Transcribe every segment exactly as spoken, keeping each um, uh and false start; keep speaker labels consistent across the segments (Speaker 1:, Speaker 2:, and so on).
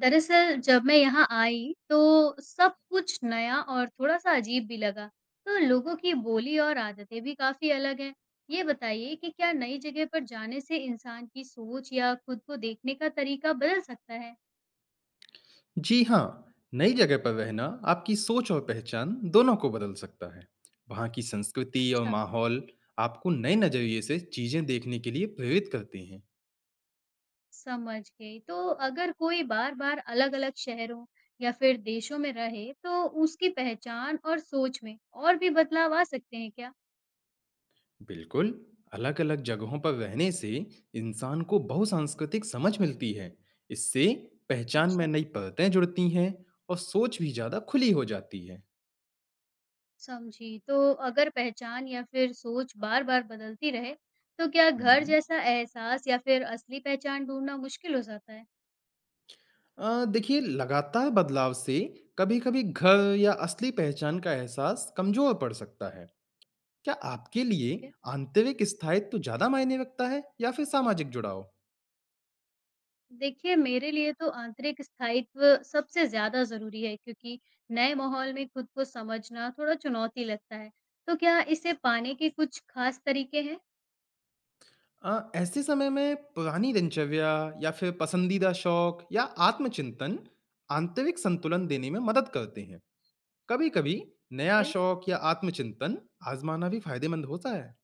Speaker 1: दरअसल जब मैं यहाँ आई तो सब कुछ नया और थोड़ा-सा अजीब भी लगा। तो लोगों की बोली और आदतें भी काफ़ी अलग हैं। ये बताइए कि क्या नई जगह पर जाने से इंसान की सोच या खुद को देखने का तरीका बदल सकता है?
Speaker 2: जी हाँ, नई जगह पर रहना आपकी सोच और पहचान दोनों को बदल सकता है। वहाँ की संस्कृति और
Speaker 1: अच्छा,
Speaker 2: माहौल आपको नए नज़रिए से चीज़ें देखने के लिए प्रेरित करते हैं।
Speaker 1: समझ गई। तो अगर कोई बार-बार अलग-अलग शहरों या फिर देशों में रहे तो उसकी पहचान और सोच में और भी बदलाव आ सकते हैं क्या?
Speaker 2: बिल्कुल, अलग-अलग जगहों पर रहने से इंसान को बहुसांस्कृतिक समझ मिलती है। इससे पहचान में
Speaker 1: अच्छा।
Speaker 2: नई परतें जुड़ती हैं और सोच भी ज़्यादा खुली हो जाती है।
Speaker 1: समझी। तो अगर पहचान या फिर सोच बार-बार बदलती रहे, तो क्या घर
Speaker 2: हम्म।
Speaker 1: जैसा एहसास या फिर असली पहचान ढूँढना मुश्किल हो जाता है?
Speaker 2: अ, देखिए, लगातार बदलाव से कभी-कभी घर या असली पहचान का एहसास कमज़ोर पड़ सकता है। क्या आपके
Speaker 1: ठीक
Speaker 2: लिए
Speaker 1: है।
Speaker 2: आंतरिक स्थायित्व ज़्यादा मायने रखता है या फिर सामाजिक जुड़ाव?
Speaker 1: देखिए, मेरे लिए तो आंतरिक स्थायित्व सबसे ज़्यादा ज़रूरी है क्योंकि नए माहौल में खुद को समझना थोड़ा चुनौती लगता है। तो क्या इसे पाने के कुछ खास तरीके हैं?
Speaker 2: अ, ऐसे समय में पुरानी दिनचर्या या फिर पसंदीदा शौक या आत्मचिंतन आंतरिक संतुलन देने में मदद करते हैं। कभी-कभी
Speaker 1: ठीक
Speaker 2: नया
Speaker 1: है।
Speaker 2: शौक या आत्मचिंतन आजमाना भी फायदेमंद होता है।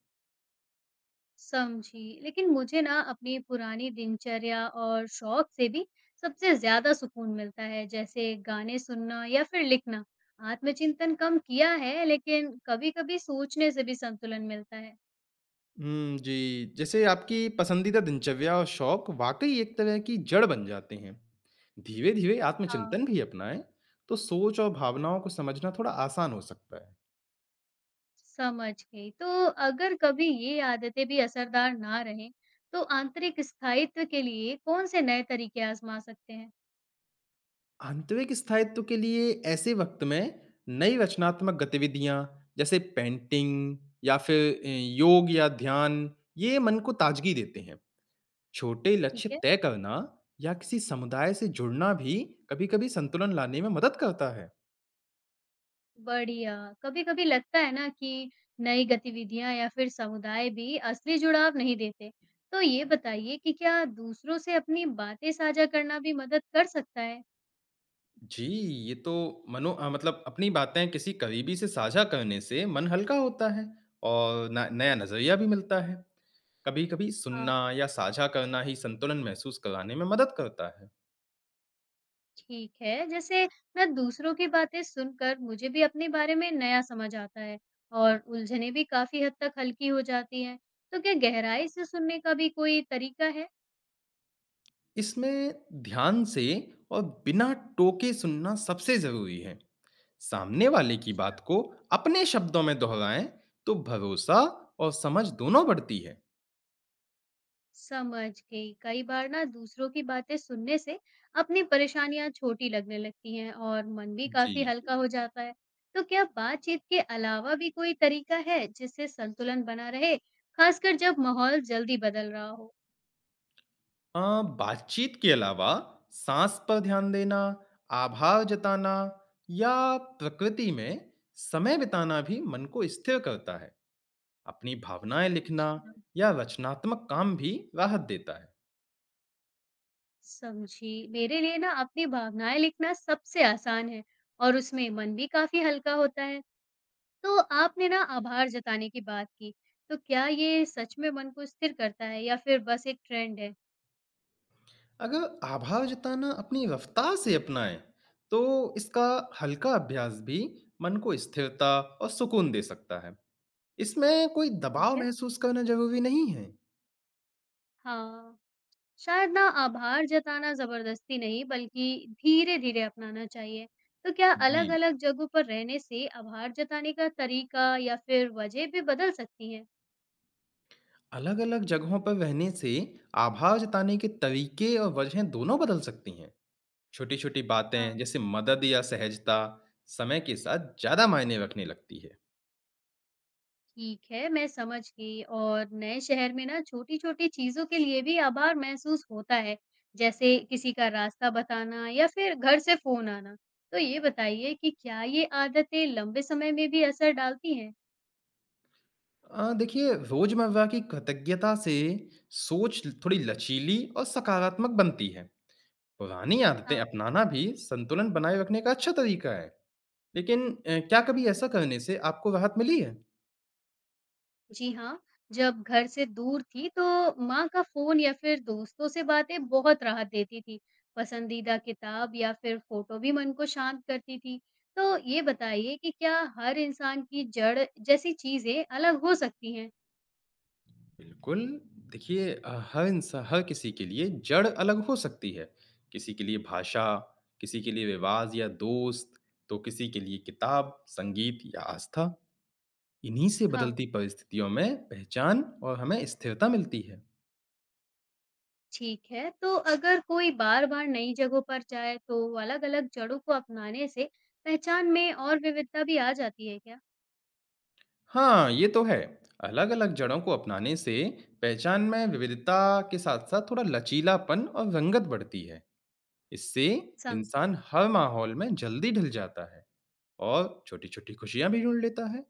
Speaker 1: समझी। लेकिन मुझे ना अपनी पुरानी दिनचर्या और शौक से भी सबसे ज़्यादा सुकून मिलता है, जैसे गाने सुनना या फिर लिखना। आत्मचिंतन कम किया है, लेकिन कभी-कभी सोचने से भी संतुलन मिलता है।
Speaker 2: हुँ, जी। जैसे आपकी पसंदीदा दिनचर्या और शौक वाक़ई एक तरह की जड़ बन जाते हैं। धीरे-धीरे
Speaker 1: हाँ।
Speaker 2: आत्मचिंतन भी अपनाएँ, तो सोच और भावनाओं को समझना थोड़ा आसान हो सकता है।
Speaker 1: समझ गई। तो अगर कभी ये आदतें भी असरदार ना रहें, तो आंतरिक स्थायित्व के लिए कौन से नए तरीके आज़मा सकते हैं?
Speaker 2: आंतरिक स्थायित्व के लिए ऐसे वक्त में नई रचनात्मक गतिविधियाँ जैसे पेंटिंग या फिर अ, योग या ध्यान ये मन को ताजगी देते हैं। छोटे लक्ष्य
Speaker 1: ठीक है।
Speaker 2: तय करना या किसी समुदाय से जुड़ना भी कभी-कभी संतुलन लाने में मदद करता है।
Speaker 1: बढ़िया। कभी-कभी लगता है ना कि नई गतिविधियाँ या फिर समुदाय भी असली जुड़ाव नहीं देते। तो ये बताइए कि क्या दूसरों से अपनी बातें साझा करना भी मदद कर सकता है?
Speaker 2: जी, ये तो मनो अ, मतलब अपनी बातें किसी करीबी से साझा करने से मन हल्का होता है और न नया नज़रिया भी मिलता है। कभी-कभी
Speaker 1: हाँ।
Speaker 2: सुनना या साझा करना ही संतुलन महसूस कराने में मदद करता है।
Speaker 1: ठीक है, जैसे ना दूसरों की बातें सुनकर मुझे भी अपने बारे में नया समझ आता है और उलझनें भी काफ़ी हद तक हल्की हो जाती हैं। तो क्या गहराई से सुनने का भी कोई तरीका
Speaker 2: इसमें ध्यान से और बिना टोके सुनना सबसे ज़रूरी है। सामने वाले
Speaker 1: है?
Speaker 2: की बात को अपने शब्दों में दोहराएँ तो भरोसा और समझ दोनों बढ़ती है।
Speaker 1: समझ गई। कई बार ना दूसरों की बातें सुनने से अपनी परेशानियां छोटी लगने लगती हैं और मन भी
Speaker 2: जी,
Speaker 1: काफी हल्का
Speaker 2: जी।
Speaker 1: हो जाता है। तो क्या बातचीत के अलावा भी कोई तरीका है जिससे संतुलन बना रहे, खासकर जब माहौल जल्दी बदल रहा हो?
Speaker 2: अ, बातचीत के अलावा साँस पर ध्यान देना, आभार जताना या प्रकृति में समय बिताना भी मन को स्थिर करता है। अपनी भावनाएँ लिखना
Speaker 1: अच्छा,
Speaker 2: या रचनात्मक काम भी राहत देता है।
Speaker 1: समझी। मेरे लिए ना अपनी भावनाएं लिखना सबसे आसान है और उसमें मन भी काफी हल्का होता है। तो आपने ना आभार जताने की बात की, तो क्या ये सच में मन को स्थिर करता है या फिर बस एक ट्रेंड है?
Speaker 2: अगर आभार जताना अपनी रफ्तार से अपनाएं, तो इसका हल्का अभ्यास भी मन को स्थिरता और सुकून दे सकता है। इसमें कोई
Speaker 1: ठीक
Speaker 2: दबाव
Speaker 1: है।
Speaker 2: महसूस करना जरूरी नहीं है।
Speaker 1: हाँ, शायद ना आभार जताना जबरदस्ती नहीं बल्कि धीरे-धीरे अपनाना चाहिए। तो क्या
Speaker 2: जी जी,
Speaker 1: अलग-अलग जगहों पर रहने से आभार जताने का तरीका या फिर वजह भी बदल सकती है?
Speaker 2: अलग-अलग जगहों पर रहने से आभार जताने के तरीके और वजहें दोनों बदल सकती हैं। छोटी-छोटी
Speaker 1: हाँ,
Speaker 2: बातें जैसे मदद या सहजता समय के साथ ज़्यादा मायने रखने लगती है।
Speaker 1: ठीक है, मैं समझ गई और नए शहर में ना छोटी-छोटी चीज़ों के लिए भी आभार महसूस होता है, जैसे किसी का रास्ता बताना या फिर घर से फ़ोन आना। तो ये बताइए कि क्या ये आदतें लंबे समय में भी असर डालती हैं?
Speaker 2: अ, देखिए रोजमर्रा की कृतज्ञता से सोच थोड़ी लचीली और सकारात्मक बनती है। पुरानी आदतें
Speaker 1: हाँ।
Speaker 2: अपनाना भी संतुलन बनाए रखने का अच्छा तरीका है। लेकिन अ, क्या कभी ऐसा करने से आपको राहत मिली है?
Speaker 1: जी हाँ, जब घर से दूर थी तो माँ का फ़ोन या फिर दोस्तों से बातें बहुत राहत देती थी। पसंदीदा किताब या फिर फ़ोटो भी मन को शांत करती थी। तो ये बताइए कि क्या हर इंसान की जड़ जैसी चीज़ें अलग हो सकती हैं?
Speaker 2: बिल्कुल, देखिए अ, हर इंसा हर किसी के लिए जड़ अलग हो सकती है। किसी के लिए भाषा, किसी के लिए रिवाज या दोस्त, तो किसी के लिए किताब, संगीत या आस्था। इन्हीं से
Speaker 1: हाँ,
Speaker 2: बदलती परिस्थितियों में पहचान और हमें स्थिरता मिलती है।
Speaker 1: ठीक है। तो अगर कोई बार-बार नई जगहों पर जाए तो अलग-अलग जड़ों को अपनाने से पहचान में और विविधता भी आ जाती है क्या?
Speaker 2: हाँ, ये तो है। अलग-अलग जड़ों को अपनाने से पहचान में विविधता के साथ-साथ थोड़ा लचीलापन और रंगत बढ़ती है। इससे
Speaker 1: समझी।
Speaker 2: इंसान हर माहौल में जल्दी ढल जाता है और छोटी-छोटी खुशियाँ भी ढूँढ लेता है।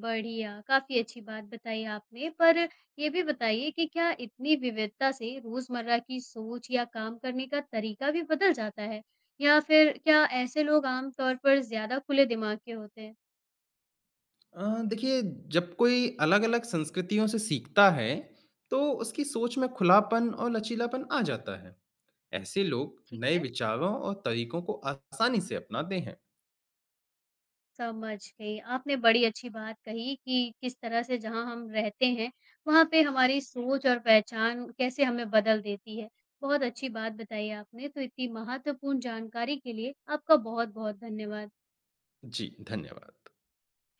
Speaker 1: बढ़िया, काफ़ी अच्छी बात बताई आपने। पर ये भी बताइए कि क्या इतनी विविधता से रोज़मर्रा की सोच या काम करने का तरीका भी बदल जाता है? या फिर क्या ऐसे लोग आम तौर पर ज़्यादा खुले दिमाग के होते हैं?
Speaker 2: अ, देखिए जब कोई अलग-अलग संस्कृतियों से सीखता है, तो उसकी सोच में खुलापन और लचीलापन आ जाता है। ऐसे लोग
Speaker 1: ठीक
Speaker 2: नए
Speaker 1: है,
Speaker 2: विचारों और तरीकों को आसानी से अपनाते हैं।
Speaker 1: समझ गई। आपने बड़ी अच्छी बात कही कि किस तरह से जहाँ हम रहते हैं, वहाँ पे हमारी सोच और पहचान कैसे हमें बदल देती है। बहुत अच्छी बात बताई आपने, तो इतनी महत्वपूर्ण जानकारी के लिए आपका बहुत-बहुत धन्यवाद।
Speaker 2: जी, धन्यवाद।